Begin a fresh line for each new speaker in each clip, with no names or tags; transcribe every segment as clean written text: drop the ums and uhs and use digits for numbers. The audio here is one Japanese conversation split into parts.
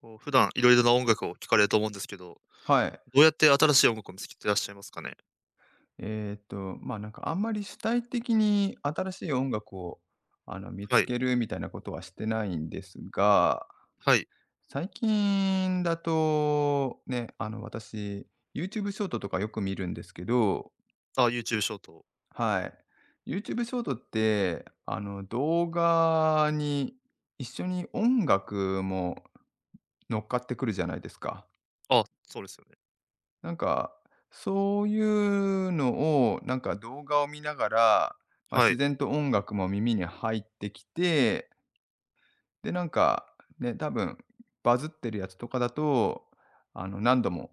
こう、普段いろいろな音楽を聴かれると思うんですけど、
はい。
どうやって新しい音楽を見つけてらっしゃいますかね？
まあ、なんかあんまり主体的に新しい音楽を、見
は
つ
い。
けるみたいなことはしてないんですが、
はい。
最近だと、ね、私、YouTube ショートとかよく見るんですけど、
あ YouTube ショート。
はい。YouTube ショートって、動画に一緒に音楽も乗っかってくるじゃないですか。
あ、そうですよね。
なんか、そういうのを、なんか動画を見ながら、まあ、
は
自
い。
然と音楽も耳に入ってきて、で、なんか、ね、多分バズってるやつとかだと、何度も、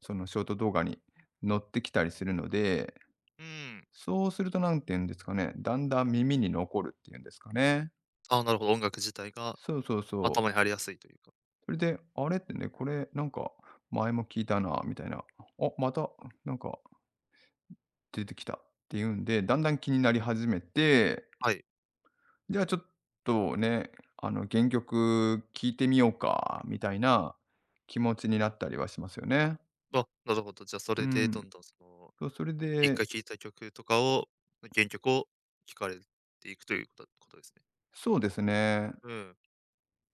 そのショート動画に乗ってきたりするので、
うーん。
そうするとなんて言うんですかね、だんだん耳に残るっていうんですかね。
あなるほど、音楽自体が
そうそうそ
頭に
う。
入りやすいというか。
それで、あれってね、これなんか前も聞いたなみたいな、あ、またなんか出てきたっていうんで、だんだん気になり始めて、
はい。
じゃあちょっとね、あの原曲聴いてみようかみたいな気持ちになったりはしますよね。
あ、なるほど。じゃあそ
う
れで
ん。
どんどんその、
そう、それ
一回
で、
聴いた曲とかを原曲を聴かれていくということことですね。
そうですね。
うん。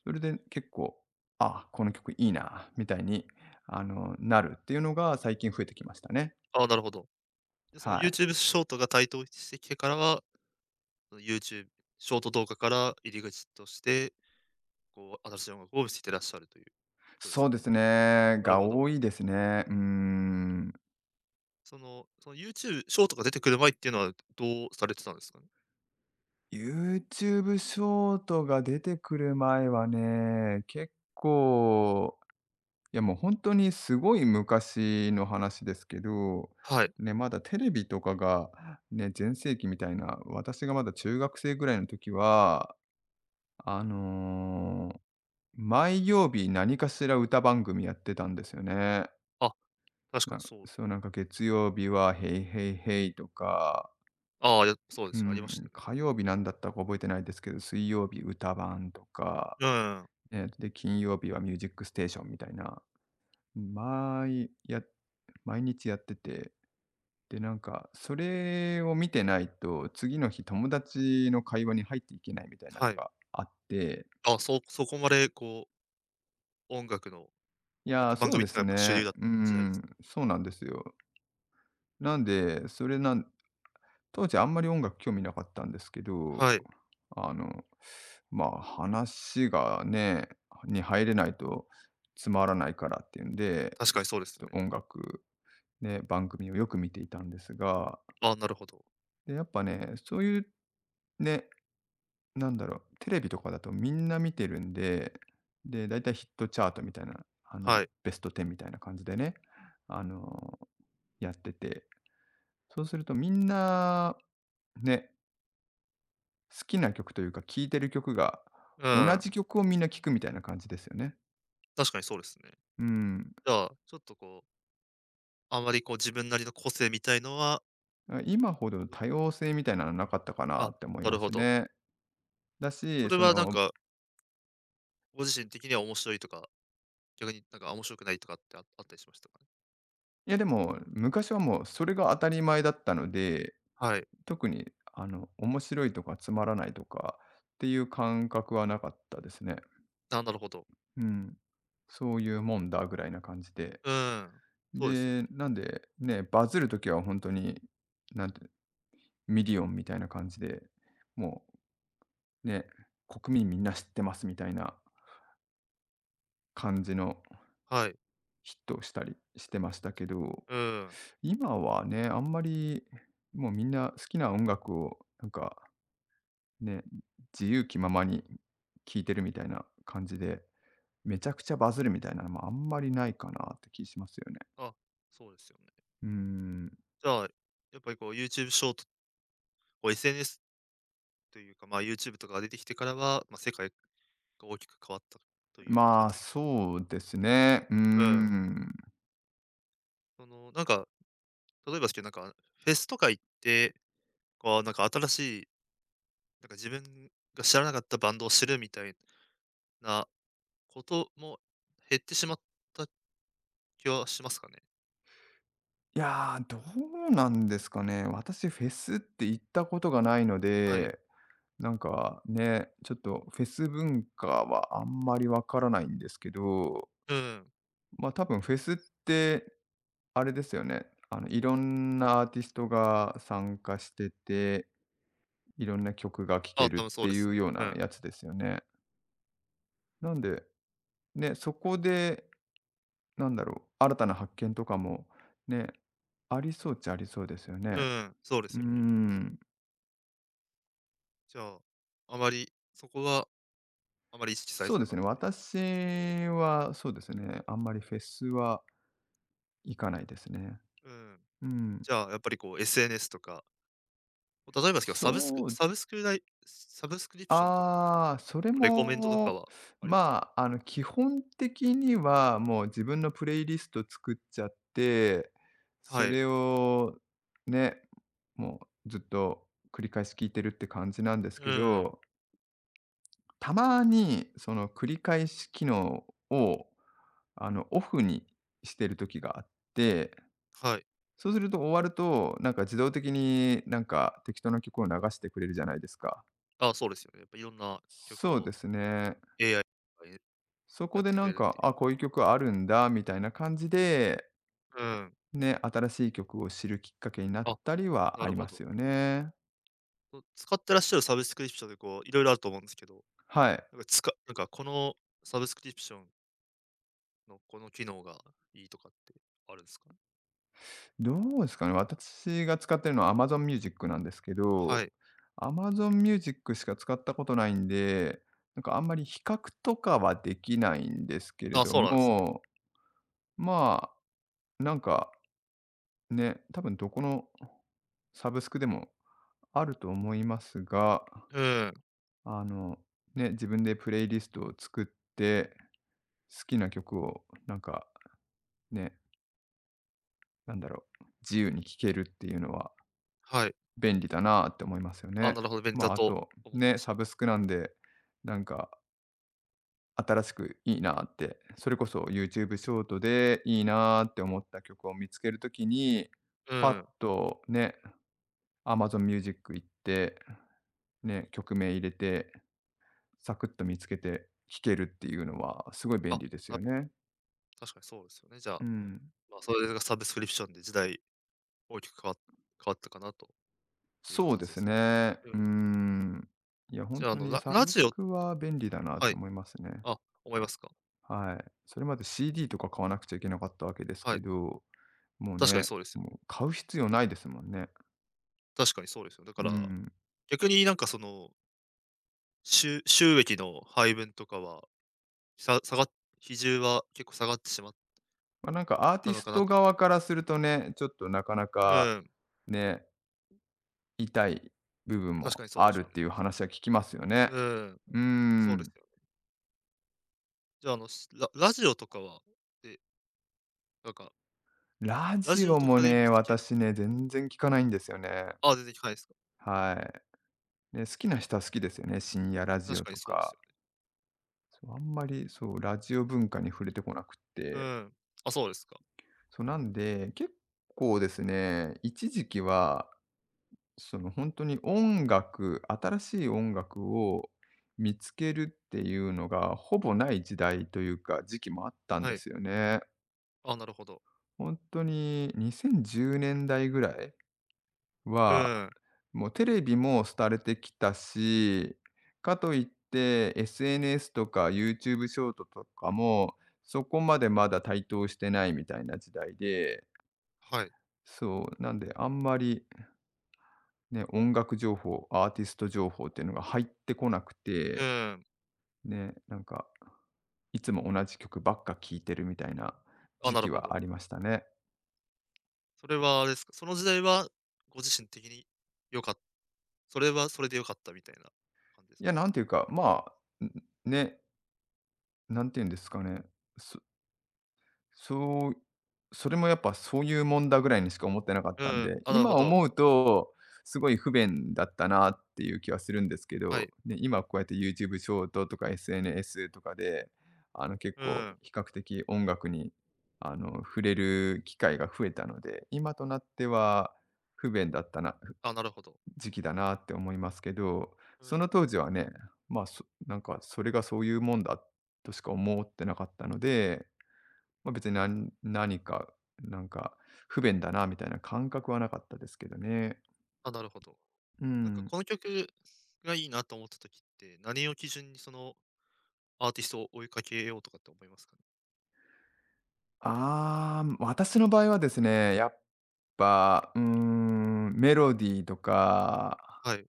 それで結構、あ、この曲いいなみたいに、なるっていうのが最近増えてきましたね。
ああ、なるほど。で、その
はい。
YouTube ショートが台頭してきてからは、その YouTube ショート動画から入り口としてこう、新しい音楽を知ってらっしゃるということです
そう
か
で
ね。
すね、
なる
が
ほど。
多いですね。うーん。
その、その YouTube ショートが出てくる前っていうのは、どうされてたんですかね？
YouTube ショートが出てくる前はね、結構、いやもう本当にすごい昔の話ですけど、
はい。
ね、まだテレビとかがね、全盛期みたいな、私がまだ中学生ぐらいの時は、あの、毎曜日何かしら歌番組やってたんですよね。
あ、確かにそう。
そうなんか月曜日はヘイヘイヘイとか、
ああ、やそうで
う
すよ、あり
ん、
ましたよね。
火曜日なんだったか覚えてないですけど、水曜日歌番とか
うん。
ええ、で、金曜日はミュージックステーションみたいな、毎や毎日やってて、で、なんかそれを見てないと、次の日友達の会話に入っていけないみたいな
は
の
い。
があって、
あ、そそこまでこう、音楽の
い
音
や
楽
ー、
番
そう
組っ
で
ていうのは
す
やっぱ主流
ね。
だっ
う
た時代です。
ん、そうなんですよ。なんで、それなん当時あんまり音楽興味なかったんですけど、
はい、
あの、まあ、話がねに入れないとつまらないからっていうんで、
確かにそうです
ちょっ
ね。
と音楽ね、番組をよく見ていたんですが、
あなるほど。
で、やっぱね、そういうね、なんだろう、テレビとかだとみんな見てるんで、で、だいたいヒットチャートみたいな、
はい。
ベスト10みたいな感じでね、あの、やってて、そうするとみんな、ね、好きな曲というか聴いてる曲が、
う
同
ん、
じ曲をみんな聴くみたいな感じですよね。
確かにそうですね。
うん。
じゃあ、ちょっとこう、あまりこう自分なりの個性みたいのは、
あ、今ほど
音楽
多様性みたいなのなかったかな
あ、
って思い
な
ま
るほ
す
ど。
ね。だ
そ
し、
れ
そ
はなん
の
か、ご自身的には面白いとか逆になんか、面白くないとかってああったりしましたかね？
いや、でも、昔はもうそれが当たり前だったので、
はい。
特に面白いとかつまらないとかっていう感覚はなかったですね。
あ、なるほど。
うん。そういうもんだぐらいな感じで。
うーん。そうですよね。
で、なんで、ね、バズる時は本当に、なんて、ミリオンみたいな感じで、もうね、国民みんな知ってますみたいな感じの
はい。
ヒットをしたりしてましたけど、
うーん。
今はね、あんまりもうみんな好きな音楽をなんかね、自由気ままに聞いてるみたいな感じで、めちゃくちゃバズるみたいなのもあんまりないかなって気しますよね。
あ、そうですよね。
うーん、
じゃあ、やっぱりこう YouTube ショート、こう SNS というか、まあ、YouTube とかが出てきてからは、ま、世界が大きく変わったという
ま
感
あ、
じですね。
そうですね。うー
うん。
ん。
その、なんか、例えばですけど、なんか、フェスとか行って、こうなんか新しい、なんか自分が知らなかったバンドを知るみたいなことも減ってしまった気はしますかね？
いやー、どうなんですかね。私フェスって行ったことがないの
はい。
で、なんかね、ちょっとフェス文化はあんまりわからないんですけど、
うん。
ま、あ多分フェスって、あれですよね、いろんなアーティストが参加してていろんな曲が聴
あ
け
あ、
るっ
多分そう
て
で
い
す
う
ね。
よう
う
な
ん。
やつですよね。なんで、ね、そこで、なんだろう、新たな発見とかもね、ありそうっちゃありそうですよ
う
ね。
ん、そうで
うー
すよね。
ん。
じゃあ、あまり、そこはあまり意識され
そう
て
で
なか
す
っ
ね、
たという
私
感じですね。
はそうですね、あんまりフェスは行かないですね。
うん。
うん。
じゃあ、やっぱりこう SNS とか、例えばですけど、サブスク
そう
サブスクライサブスクリプションとか、
ああ、それ
レコメンドとか
も、
はありますかね？
まあ、基本的には、もう自分のプレイリスト作っちゃって、
は
そ
い。
れをね、もうずっと繰り返し聞いてるって感じなんです
う
け
ん、
ど、たまにその繰り返し機能を、オフにしてる時があって、
はい。
そうすると終わると、なんか自動的になんか適当な曲を流してくれるじゃないですか。
あそうですよね。やっぱいろんな曲
そうで
を
すね。
AI が
そ
や
こ
っ
で
てく
な
れ
ん
るっ
か、
ていう。
あ、こういう曲あるんだみたいな感じで、
うん。
ね、新しい曲を知るきっかけになっ
あ、
たりは
な
あ
る
り
ほ
ます
ど。
よね。
そ使ってらっしゃるサブスクリプションでこう、いろいろあると思うんですけど、
はい。
なんかつかなんかこのサブスクリプションの、この機能がいいとかってあるんですかね？
どうですかね、私が使ってるのは Amazon Music なんですけ
は
ど、
い。
Amazon Music しか使ったことないんで、なんかあんまり比較とかはできないんですけれ
あ、
ど
そうなんですね。
も、まあ、なんかね、多分どこのサブスクでもあると思いますが、
うん、
あの、ね、自分でプレイリストを作って、好きな曲をなんかね、なんだろう、自由に聴けるっていうのは
はい。
便利だなって思いますよ
あ、
ね。
なるほど、便利
ま
だ
あ、あ
と
と、
思ってらっ
ね、
しゃ
サブ
る。
スクなんで、なんか新しくいいなって、それこそ YouTube ショートでいいなって思った曲を見つけるときに、
う
パッ
ん。
とね、Amazon Music 行って、ね、曲名入れて、サクッと見つけて聴けるっていうのはすごい便
あ、
利です
な
よね。
確かにそうですよね、じゃ
う
あ、
ん、
まあ、それがサブスクリプションで時代大きく変わ変わったかなという
そうで
形で
す
すかね。
ね。
うん。
うん。いや、本
じゃあ、あ
当
の、
に
ラ
サ
ラ
ブ
ジ
ス
オ
クは便利だなっ
は
て
い。
思いますね。
あ、思いますか？
はい。それまで CD とか買わなくちゃいけなかったわけです
は
け
い。
ど、もう
確かに
ね、
そうですよ
も
ね。
う買う必要
な
ないですもんね。
確かにそうですよね。だか
う
ら、
ん。
逆になんかその、収収益の配分とかは、さ下がっ比重は結構下がってしまっ
まあ、なんかアーテ
た
ィ
の
ス
かな
ト
と思
側からするとね、ちょっとなかな
う
か
ん、
ね、痛い部分
確か
も
にそう
あ
でし
るっ
ょう
て
ね。
いう話は聞きますよね。
うん、
う
そうです
ん。
よね。じゃあ、あの、しララジオとかは、で、なんか、
ラ
ラ
ジ
ジオ
オ
と
も
かで
ね、
見つけるっ
私
ていう
ね、
か
全然聞かないんですよね。
あ、出てきかないですか。
はい。ね、好きな人は好きですよね。深夜ラジ
確
オ
かに
と
そうです
か。
よね。
そう、あんまり、そう、ラジオ文化に触れてこなくっ
う
て。
ん。あ、そうですか。
そう、なんで、結構ですね、一時期は、その、本当に音楽新しい音楽を見つけるっていうのが、ほぼない時代というか、時期もあったん
は
で
い。
すよね。
あ、なるほど。
本当に2010年代ぐらい？
う
は、
ん、
もうテレビも廃れてきたし、かといって SNS とか YouTube ショートとかも、そこまでまだ台頭してないみたいな時代で、
はい。
そう、なんであんまりね、音楽情報、アーティスト情報っていうのが入ってこなく
う
て、
ん。
ね、なんかいつも同じ曲ばっか聴いてるみたいな
あ、
時
なる
期
ほ
はあ
ど。
りましたね。
それはあれですか、その時代はご自身的に良かったそれはそれで良かったみたいな感じで
い
す
や、
かね。
なんていうか、あ、んね、なんていうんですかね、そそう、それもやっぱそういうもんだぐらいにしか思ってなかっ
う
たん
ん、
で、
あ、なる
今
ほど。
思うと、すごい不便だったなっていう気はするんですけ
は
ど、
い。
ね、今こうやって YouTube ショートとか SNS とかで、結
う
構
ん。
比較的音楽に、触れる機会が増えたので、今となっては不便だったな
あ、なるほど。
時期だなって思いますけど、
う
その
ん。
当時はね、まあ、そなんかそれがそういうもんだとしか思ってなかったので、まあ、別にな何か、なんか不便だなみたいな感覚はなかったですけどね。
あ、なるほど。
う
なんか
ん。
この曲がいいなと思った時って、何を基準にそのアーティストを追いかけようとかって思いますかね？
ああ、私の場合はですね、やっぱ、うーん、メロディーとか、
はい。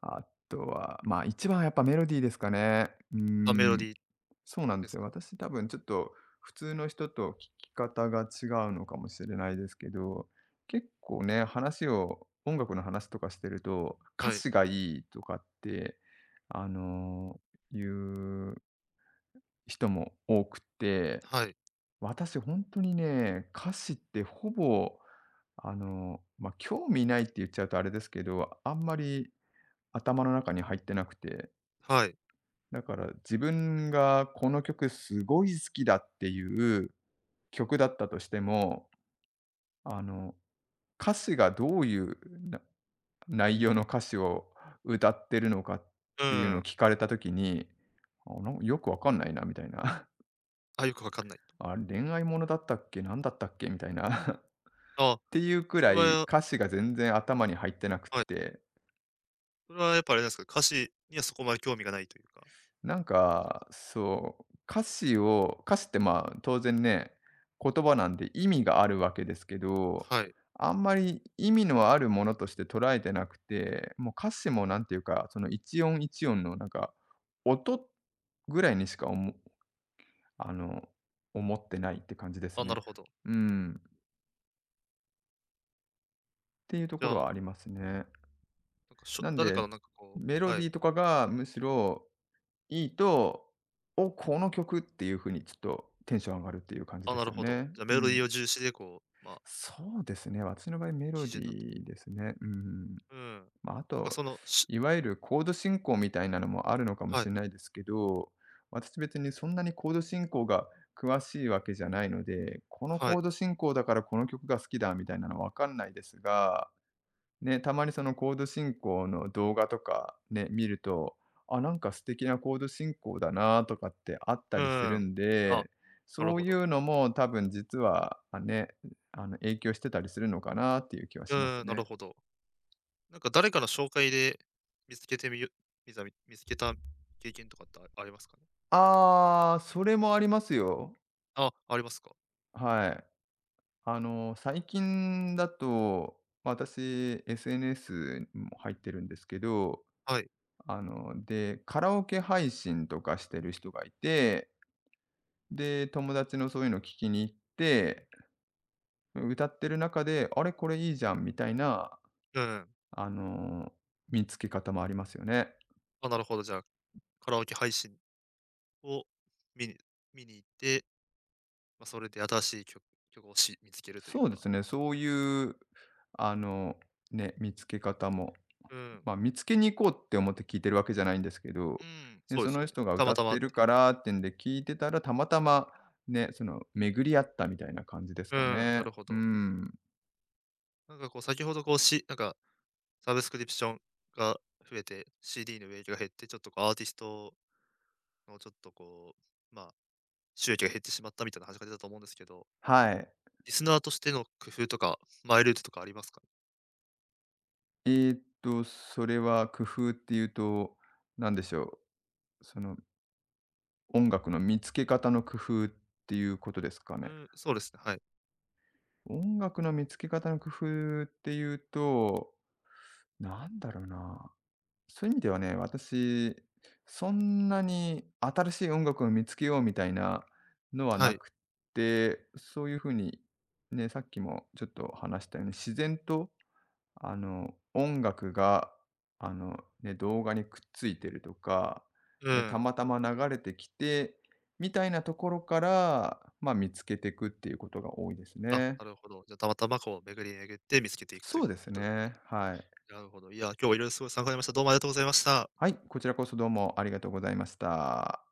あとは、ま、一番はやっぱメロディーですかね。う
あ、メロ
ん。
ディー
そうなん
で
です
す
よ。
かね？
私多分ちょっと普通の人と聞き方が違うのかもしれないですけど、結構ね、話を、音楽の話とかしてると、歌
はい。
詞がいいとかって、あの、言う人も多くて、
はい。
私本当にね、歌詞ってほぼ、まあ、興味ないって言っちゃうとあれですけど、あんまり頭の中に入ってなくて、
はい。
だから自分がこの曲すごい好きだっていう曲だったとしても、あの、歌詞がどういうな内容の歌詞を歌ってるのかっ
う
ていうのを
ん。
聞かれたときに、あ、なんよくわかんないなみたいな。
あ、よくわかんないと。
あ、恋愛ものだったっけ、なんだったっけみたいな。っ
あ、
ていうく
それ
らい、
は
歌詞が全然頭に入ってなくっ
はい。
て。
それはやっぱあれなんですか、歌詞にはそこまで興味がないというか。
なん
じゃ
か、そう、歌詞を歌詞って、まあ、当然ね、言葉なんで意味があるわけですけど、
あはい。
あんまり意味のあるものとして捉えてなくて、もう歌詞もなんていうか、その一音一音のなんか、音ぐらいにしかおもあの、思ってないって感じです
あ、な
ね。
るほど。
うん。っていうと
じ
こ
ゃ
ろは
あ、
ありますね。
なんかしょ
なん
誰か
で、
のなんかこ
メ
う
ロ
は
ディ
い。
ーとかがむしろいいと、お、この曲っていう風にちょっとテンション上がるっていう感じ
あ、
で
な
す
る
よ
ほど。
ね。
じゃあ
う
メロディ
ん。
ーを重視でこう、まあ、
そうですね、私の場合メ
基
ロデ
準になってい
ィ
る。
ーですね。うん。
うん。
ま、あ
なんか
と、
その、し
いわゆるコード進行みたいなのもあるのかも
は
し
い、
れないですけど、私別にそんなにコード進行が詳しいわけじゃないので、この
は
コー
い。
ド進行だからこの曲が好きだみたいなのはわかんないですがね、たまにそのコード進行の動画とかね、見ると、あ、なんか素敵なコード進行だなとかってあった
う
りする
ん。
ん
あ、
で、
なる
そう
ほ
い
ど。
うのも多分実は、あ、ね、影響してたりするのかなっていう気は
う
します
ん、なる
ね。
ほど。なんか誰かの紹介で見つけてみよみざみ見つけた経験とかってあありますかね？
ああ、それもありますよ。
あ、ありますか？
はい。あの、最近だと、ま、私 SNS も入ってるんですけど、
はい。
カラオケ配信とかしてる人がいてで、友達のそういうのを聞きに行って、歌ってる中で、あれ、これいいじゃんみたいな、
うん。
あの、見つけ方もありますよね。
あ、なるほど、じゃあ、カラオケ配信を見に見に行って、まあ、それで新しい曲曲をし見つけるという
そうで
か。
すね、そういう、あの、ね、見つけ方も、
うん。
見つけに行こうって思って聞いてるわけじゃないんですけ
う
ど、
ん、
で
そうで
そ
すよ
の
ね。
人が
た
歌
また
っ
ま
て
っ
る
てい
か
う。
らってんで聞いてたら、たまたまね、その巡り合ったみたいな感じです
う
か
ん、な
ね。
るほ
うー
ど。
ん。
なんかこう先ほどこう、しなんかサブスクリプションが増えて、CD の売り上げが減って、ちょっとこうアーティストのちょっとこう、まあ収益が減ってしまったみたいな話が出たと思うんですけど、
はい。
リスナーとしての工夫とか、マイルートとかありますか？
それは工夫っていうと、なんでしょう、その音楽の見つけ方の工夫っていうことですか
う
ね。
ん、そうですね、はい。
音楽の見つけ方の工夫っていうと、なんだろうな。そういう意味ではね、私、そんなに新しい音楽を見つけようみたいなのは
は
な
い。
くて、そういうふうに、ね、さっきもちょっと話したように、自然と音楽が、あの、ね、動画にくっついてるとか、
う
ね、た
ん。
またま流れてきて、みたいなところから、まあ、見つけていくっていうことが多いです
あ、
ね。
なるほど。じゃあ、たまたまこう巡り巡って見つけていくと
そ
いう
う
こ
です
とが多い。
ね、はい。
なるほど。いや、今日はいろいろすごい参考になりました。どうもありがとうございました。
はい、こちらこそどうもありがとうございました。